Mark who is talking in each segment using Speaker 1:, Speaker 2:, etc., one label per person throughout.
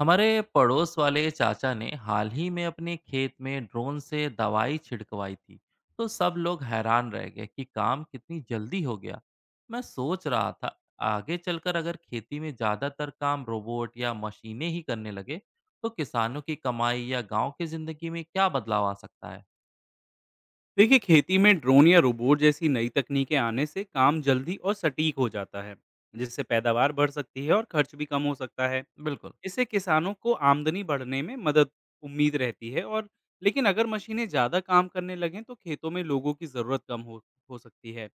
Speaker 1: हमारे पड़ोस वाले चाचा ने हाल ही में अपने खेत में ड्रोन से दवाई छिड़कवाई थी। तो सब लोग हैरान रह गए कि काम कितनी जल्दी हो गया। मैं सोच रहा था, आगे चलकर अगर खेती में ज़्यादातर काम रोबोट या मशीनें ही करने लगे, तो किसानों की कमाई या गांव की ज़िंदगी में क्या बदलाव आ सकता है?
Speaker 2: देखिए, खेती में ड्रोन या रोबोट जैसी नई तकनीकें आने से काम जल्दी और सटीक हो जाता है, जिससे पैदावार बढ़ सकती है और खर्च भी कम हो सकता है।
Speaker 1: बिल्कुल।
Speaker 2: इससे किसानों को आमदनी बढ़ने में मदद उम्मीद रहती है। लेकिन अगर मशीनें ज़्यादा काम करने लगें तो खेतों में लोगों की ज़रूरत कम हो सकती है,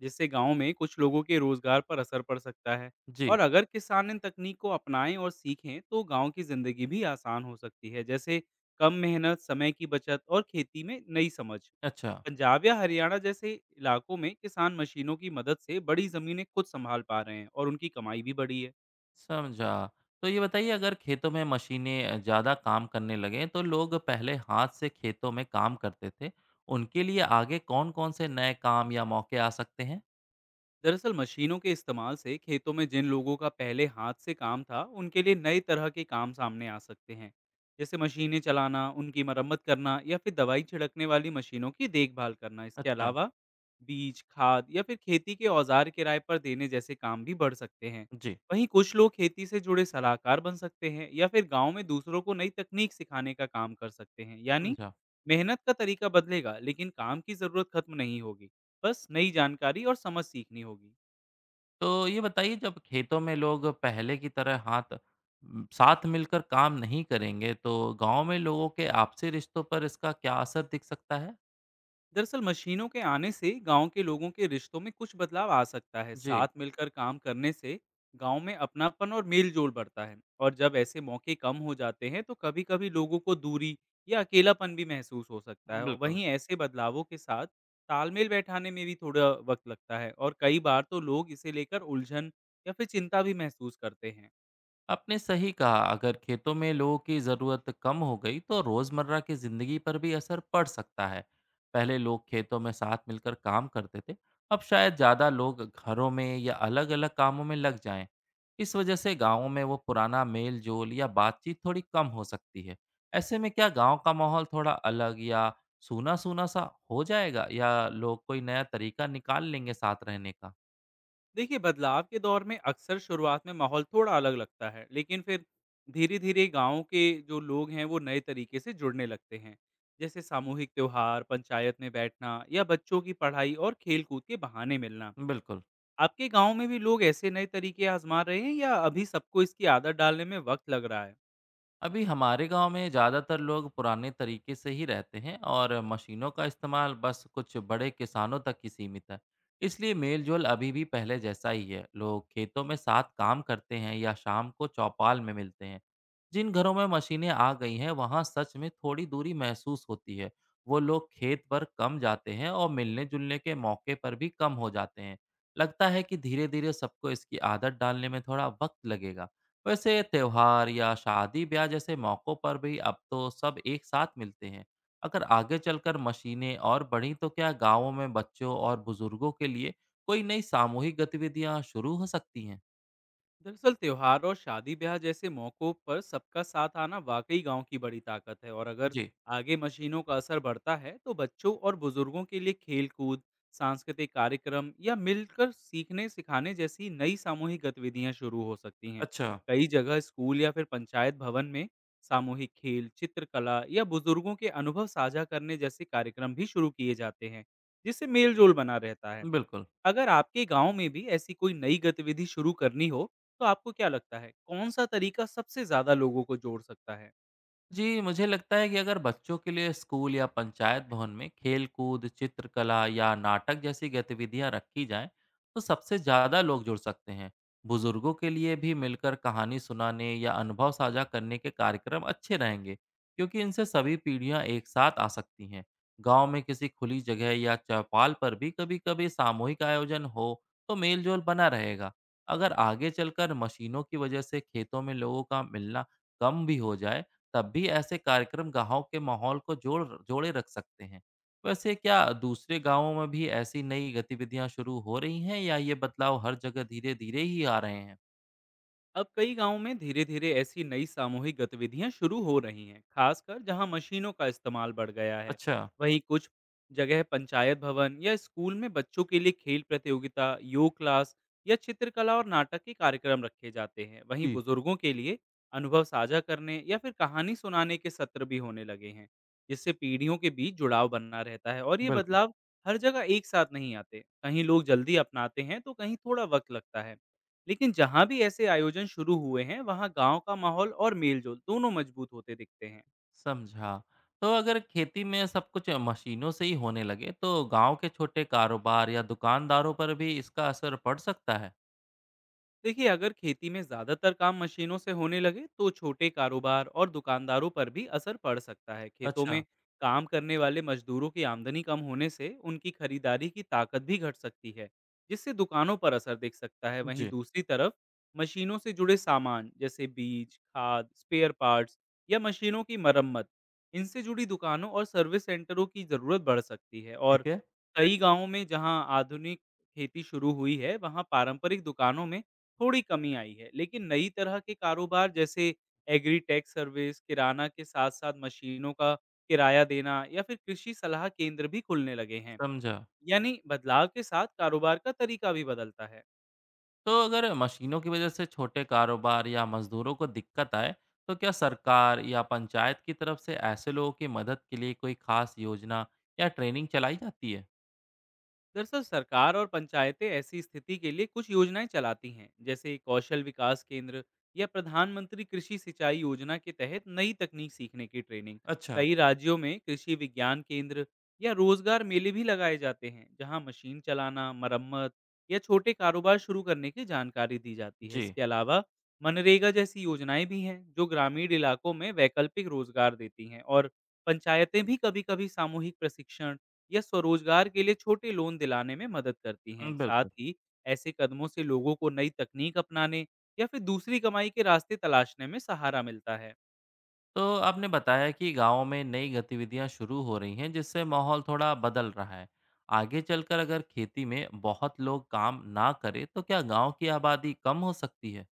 Speaker 2: जिससे गांव में कुछ लोगों के रोजगार पर असर पड़ सकता है।
Speaker 1: जी।
Speaker 2: और अगर किसान इन तकनीक को अपनाएं और सीखें तो गांव की ज़िंदगी भी आसान हो सकती है, जैसे कम मेहनत, समय की बचत और खेती में नई समझ।
Speaker 1: अच्छा।
Speaker 2: पंजाब या हरियाणा जैसे इलाकों में किसान मशीनों की मदद से बड़ी जमीनें खुद संभाल पा रहे हैं और उनकी कमाई भी बढ़ी है।
Speaker 1: समझा। तो ये बताइए, अगर खेतों में मशीनें ज़्यादा काम करने लगें तो लोग पहले हाथ से खेतों में काम करते थे। उनके लिए आगे कौन-कौन से नए काम या मौके आ सकते हैं?
Speaker 2: दरअसल, मशीनों के इस्तेमाल से खेतों में जिन लोगों का पहले हाथ से काम था, उनके लिए नए तरह के काम सामने आ सकते हैं, जैसे मशीनें चलाना, उनकी मरम्मत करना या फिर दवाई छिड़कने वाली मशीनों की देखभाल करना। इसके
Speaker 1: अच्छा,
Speaker 2: अलावा बीज, खाद या फिर खेती के औजार किराए पर देने जैसे काम भी बढ़ सकते हैं।
Speaker 1: जी,
Speaker 2: वहीं कुछ लोग खेती से जुड़े सलाहकार बन सकते हैं या फिर गांव में दूसरों को नई तकनीक सिखाने का काम कर सकते हैं। यानी
Speaker 1: समझा।
Speaker 2: मेहनत का तरीका बदलेगा, लेकिन काम की ज़रूरत खत्म नहीं होगी। बस नई जानकारी और समझ सीखनी होगी।
Speaker 1: तो ये बताइए, जब खेतों में लोग पहले की तरह हाथ साथ मिलकर काम नहीं करेंगे तो गाँव में लोगों के आपसी रिश्तों पर इसका क्या असर दिख सकता है?
Speaker 2: दरअसल, मशीनों के आने से गांव के लोगों के रिश्तों में कुछ बदलाव आ सकता है। साथ
Speaker 1: जी,
Speaker 2: मिलकर काम करने से गांव में अपनापन और मेल जोल बढ़ता है, और जब ऐसे मौके कम हो जाते हैं तो कभी कभी लोगों को दूरी या अकेलापन भी महसूस हो सकता है। और
Speaker 1: बिल्कुल।
Speaker 2: वहीं ऐसे बदलावों के साथ तालमेल बैठाने में भी थोड़ा वक्त लगता है, और कई बार तो लोग इसे लेकर उलझन या फिर चिंता भी महसूस करते हैं।
Speaker 1: आपने सही कहा, अगर खेतों में लोगों की ज़रूरत कम हो गई तो रोज़मर्रा की ज़िंदगी पर भी असर पड़ सकता है। पहले लोग खेतों में साथ मिलकर काम करते थे, अब शायद ज़्यादा लोग घरों में या अलग अलग कामों में लग जाएं। इस वजह से गाँवों में वो पुराना मेल जोल या बातचीत थोड़ी कम हो सकती है। ऐसे में क्या गाँव का माहौल थोड़ा अलग या सूना सूना सा हो जाएगा, या लोग कोई नया तरीका निकाल लेंगे साथ रहने का?
Speaker 2: देखिए, बदलाव के दौर में अक्सर शुरुआत में माहौल थोड़ा अलग लगता है, लेकिन फिर धीरे धीरे गांव के जो लोग हैं वो नए तरीके से जुड़ने लगते हैं, जैसे सामूहिक त्योहार, पंचायत में बैठना या बच्चों की पढ़ाई और खेलकूद के बहाने मिलना।
Speaker 1: बिल्कुल।
Speaker 2: आपके गांव में भी लोग ऐसे नए तरीके आजमा रहे हैं या अभी सबको इसकी आदत डालने में वक्त लग रहा है?
Speaker 1: अभी हमारे गांव में ज़्यादातर लोग पुराने तरीके से ही रहते हैं और मशीनों का इस्तेमाल बस कुछ बड़े किसानों तक ही सीमित है। इसलिए मेलजोल अभी भी पहले जैसा ही है। लोग खेतों में साथ काम करते हैं या शाम को चौपाल में मिलते हैं। जिन घरों में मशीनें आ गई हैं वहां सच में थोड़ी दूरी महसूस होती है। वो लोग खेत पर कम जाते हैं और मिलने जुलने के मौके पर भी कम हो जाते हैं। लगता है कि धीरे धीरे सबको इसकी आदत डालने में थोड़ा वक्त लगेगा। वैसे त्योहार या शादी ब्याह जैसे मौक़ों पर भी अब तो सब एक साथ मिलते हैं। अगर आगे चलकर मशीनें और बढ़ीं तो क्या गाँवों में बच्चों और बुजुर्गों के लिए कोई नई सामूहिक गतिविधियाँ शुरू हो सकती हैं?
Speaker 2: दरअसल, त्योहार और शादी ब्याह जैसे मौक़ों पर सबका साथ आना वाकई गांव की बड़ी ताकत है। और अगर
Speaker 1: जी,
Speaker 2: आगे मशीनों का असर बढ़ता है तो बच्चों और बुजुर्गों के लिए खेल कूद, सांस्कृतिक कार्यक्रम या मिलकर सीखने सिखाने जैसी नई सामूहिक गतिविधियां शुरू हो सकती हैं।
Speaker 1: अच्छा,
Speaker 2: कई जगह स्कूल या फिर पंचायत भवन में सामूहिक खेल, चित्रकला या बुजुर्गों के अनुभव साझा करने जैसे कार्यक्रम भी शुरू किए जाते हैं, जिससे मेल जोल बना रहता है।
Speaker 1: बिल्कुल।
Speaker 2: अगर आपके गांव में भी ऐसी कोई नई गतिविधि शुरू करनी हो, तो आपको क्या लगता है, कौन-सा तरीका सबसे ज़्यादा लोगों को जोड़ सकता है?
Speaker 1: जी, मुझे लगता है कि अगर बच्चों के लिए स्कूल या पंचायत भवन में खेल-कूद, चित्रकला या नाटक जैसी गतिविधियां रखी जाएं, तो सबसे ज़्यादा लोग जुड़ सकते हैं। बुजुर्गों के लिए भी मिलकर कहानी सुनाने या अनुभव साझा करने के कार्यक्रम अच्छे रहेंगे, क्योंकि इनसे सभी पीढ़ियां एक साथ आ सकती हैं। गांव में किसी खुली जगह या चौपाल पर भी कभी-कभी सामूहिक आयोजन हो, तो मेलजोल बना रहेगा। अगर आगे चलकर मशीनों की वजह से खेतों में लोगों का मिलना कम भी हो जाए, तब भी ऐसे कार्यक्रम गाँव के माहौल को जोड़ जोड़े रख सकते हैं। वैसे क्या दूसरे गाँवों में भी ऐसी नई गतिविधियाँ शुरू हो रही हैं, या ये बदलाव हर जगह धीरे-धीरे ही आ रहे हैं?
Speaker 2: अब कई गांवों में धीरे धीरे ऐसी नई सामूहिक गतिविधियां शुरू हो रही हैं, खासकर जहां मशीनों का इस्तेमाल बढ़ गया है।
Speaker 1: अच्छा।
Speaker 2: वहीं कुछ जगह पंचायत भवन या स्कूल में बच्चों के लिए खेल प्रतियोगिता, योग क्लास या चित्रकला और नाटक के कार्यक्रम रखे जाते हैं। वहीं
Speaker 1: जी।
Speaker 2: बुजुर्गों के लिए अनुभव साझा करने या फिर कहानी सुनाने के सत्र भी होने लगे हैं, जिससे पीढ़ियों के बीच जुड़ाव बना रहता है। और ये
Speaker 1: बिल्कुल।
Speaker 2: बदलाव हर जगह एक साथ नहीं आते। कहीं लोग जल्दी अपनाते हैं तो कहीं थोड़ा वक्त लगता है, लेकिन जहाँ भी ऐसे आयोजन शुरू हुए हैं, वहाँ गाँव का माहौल और मेलजोल दोनों मजबूत होते दिखते हैं।
Speaker 1: समझा। तो अगर खेती में सब कुछ मशीनों से ही होने लगे तो गांव के छोटे कारोबार या दुकानदारों पर भी इसका असर पड़ सकता है।
Speaker 2: देखिए, अगर खेती में ज़्यादातर काम मशीनों से होने लगे तो छोटे कारोबार और दुकानदारों पर भी असर पड़ सकता है। खेतों में
Speaker 1: अच्छा।
Speaker 2: काम करने वाले मजदूरों की आमदनी कम होने से उनकी खरीदारी की ताकत भी घट सकती है, जिससे दुकानों पर असर दिख सकता है। वहीं
Speaker 1: जी।
Speaker 2: दूसरी तरफ मशीनों से जुड़े सामान जैसे बीज, खाद, स्पेयर पार्ट्स या मशीनों की मरम्मत, इनसे जुड़ी दुकानों और सर्विस सेंटरों की ज़रूरत बढ़ सकती है। और
Speaker 1: ठीक है।
Speaker 2: कई गांवों में जहां आधुनिक खेती शुरू हुई है, वहां पारंपरिक दुकानों में थोड़ी कमी आई है। लेकिन नई तरह के कारोबार जैसे एग्रीटेक सर्विस, किराना के साथ-साथ मशीनों का किराया देना या फिर कृषि सलाह केंद्र भी खुलने लगे हैं।
Speaker 1: समझा।
Speaker 2: यानी बदलाव के साथ कारोबार का तरीका भी बदलता है।
Speaker 1: तो अगर मशीनों की वजह से छोटे कारोबार या मजदूरों को दिक्कत आए, तो क्या सरकार या पंचायत की तरफ से ऐसे लोगों की मदद के लिए कोई खास योजना या ट्रेनिंग चलाई जाती है?
Speaker 2: दरअसल, सरकार और पंचायतें ऐसी स्थिति के लिए कुछ योजनाएं चलाती हैं, जैसे कौशल विकास केंद्र या प्रधानमंत्री कृषि सिंचाई योजना के तहत नई तकनीक सीखने की ट्रेनिंग।
Speaker 1: अच्छा।
Speaker 2: कई राज्यों में कृषि विज्ञान केंद्र या रोजगार मेले भी लगाए जाते हैं, जहां मशीन चलाना, मरम्मत या छोटे कारोबार शुरू करने की जानकारी दी जाती है।
Speaker 1: जी।
Speaker 2: इसके अलावा मनरेगा जैसी योजनाएं भी हैं, जो ग्रामीण इलाकों में वैकल्पिक रोजगार देती हैं। और पंचायतें भी कभी कभी सामूहिक प्रशिक्षण या स्वरोजगार के लिए छोटे लोन दिलाने में मदद करती हैं। साथ
Speaker 1: बिल्कुल।
Speaker 2: ही ऐसे कदमों से लोगों को नई तकनीक अपनाने या फिर दूसरी कमाई के रास्ते तलाशने में सहारा मिलता है।
Speaker 1: तो आपने बताया कि गांव में नई गतिविधियां शुरू हो रही हैं जिससे माहौल थोड़ा बदल रहा है। आगे चलकर अगर खेती में बहुत लोग काम ना करें तो क्या गांव की आबादी कम हो सकती है?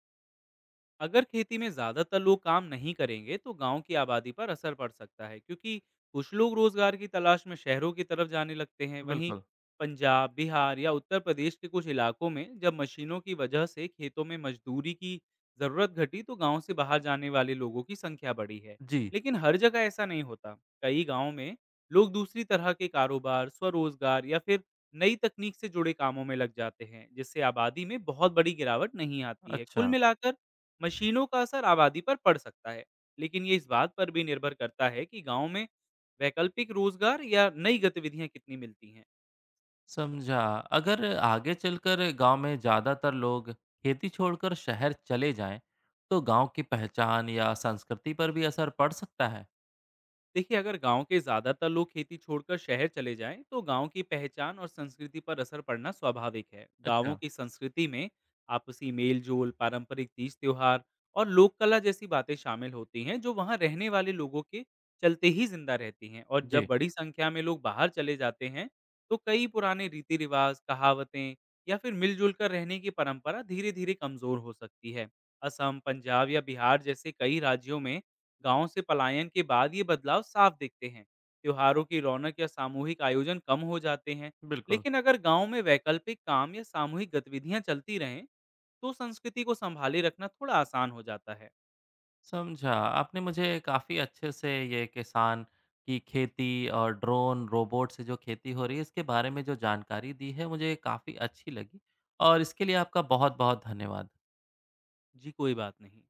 Speaker 2: अगर खेती में ज्यादातर लोग काम नहीं करेंगे तो गांव की आबादी पर असर पड़ सकता है, क्योंकि कुछ लोग रोजगार की तलाश में शहरों की तरफ जाने लगते हैं। वहीं
Speaker 1: बिल्कुल।
Speaker 2: पंजाब, बिहार या उत्तर प्रदेश के कुछ इलाकों में जब मशीनों की वजह से खेतों में मजदूरी की जरूरत घटी, तो गांव से बाहर जाने वाले लोगों की संख्या बढ़ी है।
Speaker 1: जी।
Speaker 2: लेकिन हर जगह ऐसा नहीं होता। कई गांव में लोग दूसरी तरह के कारोबार, स्वरोजगार या फिर नई तकनीक से जुड़े कामों में लग जाते हैं, जिससे आबादी में बहुत बड़ी गिरावट नहीं आती है। कुल
Speaker 1: अच्छा।
Speaker 2: मिलाकर मशीनों का असर आबादी पर पड़ सकता है, लेकिन ये इस बात पर भी निर्भर करता है कि गांव में वैकल्पिक रोजगार या नई गतिविधियां कितनी मिलती हैं।
Speaker 1: समझा। अगर आगे चलकर गांव में ज़्यादातर लोग खेती छोड़कर शहर चले जाएं, तो गांव की पहचान या संस्कृति पर भी असर पड़ सकता है।
Speaker 2: देखिए, अगर गांव के ज्यादातर लोग खेती छोड़कर शहर चले जाएं तो गांव की पहचान और संस्कृति पर असर पड़ना स्वाभाविक है। गांवों
Speaker 1: अच्छा,
Speaker 2: की संस्कृति में आपसी मेल जोल, पारंपरिक तीज त्योहार और लोक कला जैसी बातें शामिल होती हैं, जो वहां रहने वाले लोगों के चलते ही जिंदा रहती हैं। और जब
Speaker 1: जी,
Speaker 2: बड़ी संख्या में लोग बाहर चले जाते हैं तो कई पुराने रीति रिवाज, कहावतें या फिर मिलजुल कर रहने की परंपरा धीरे धीरे कमजोर हो सकती है। असम, पंजाब या बिहार जैसे कई राज्यों में गांव से पलायन के बाद ये बदलाव साफ दिखते हैं। त्योहारों की रौनक या सामूहिक आयोजन कम हो जाते हैं।
Speaker 1: बिल्कुल।
Speaker 2: लेकिन अगर गांव में वैकल्पिक काम या सामूहिक गतिविधियां चलती रहें तो संस्कृति को संभाले रखना थोड़ा आसान हो जाता है।
Speaker 1: समझा। आपने मुझे काफ़ी अच्छे से ये किसान की खेती और ड्रोन, रोबोट से जो खेती हो रही है, इसके बारे में जो जानकारी दी है, मुझे काफ़ी अच्छी लगी, और इसके लिए आपका बहुत-बहुत धन्यवाद।
Speaker 2: जी, कोई बात नहीं।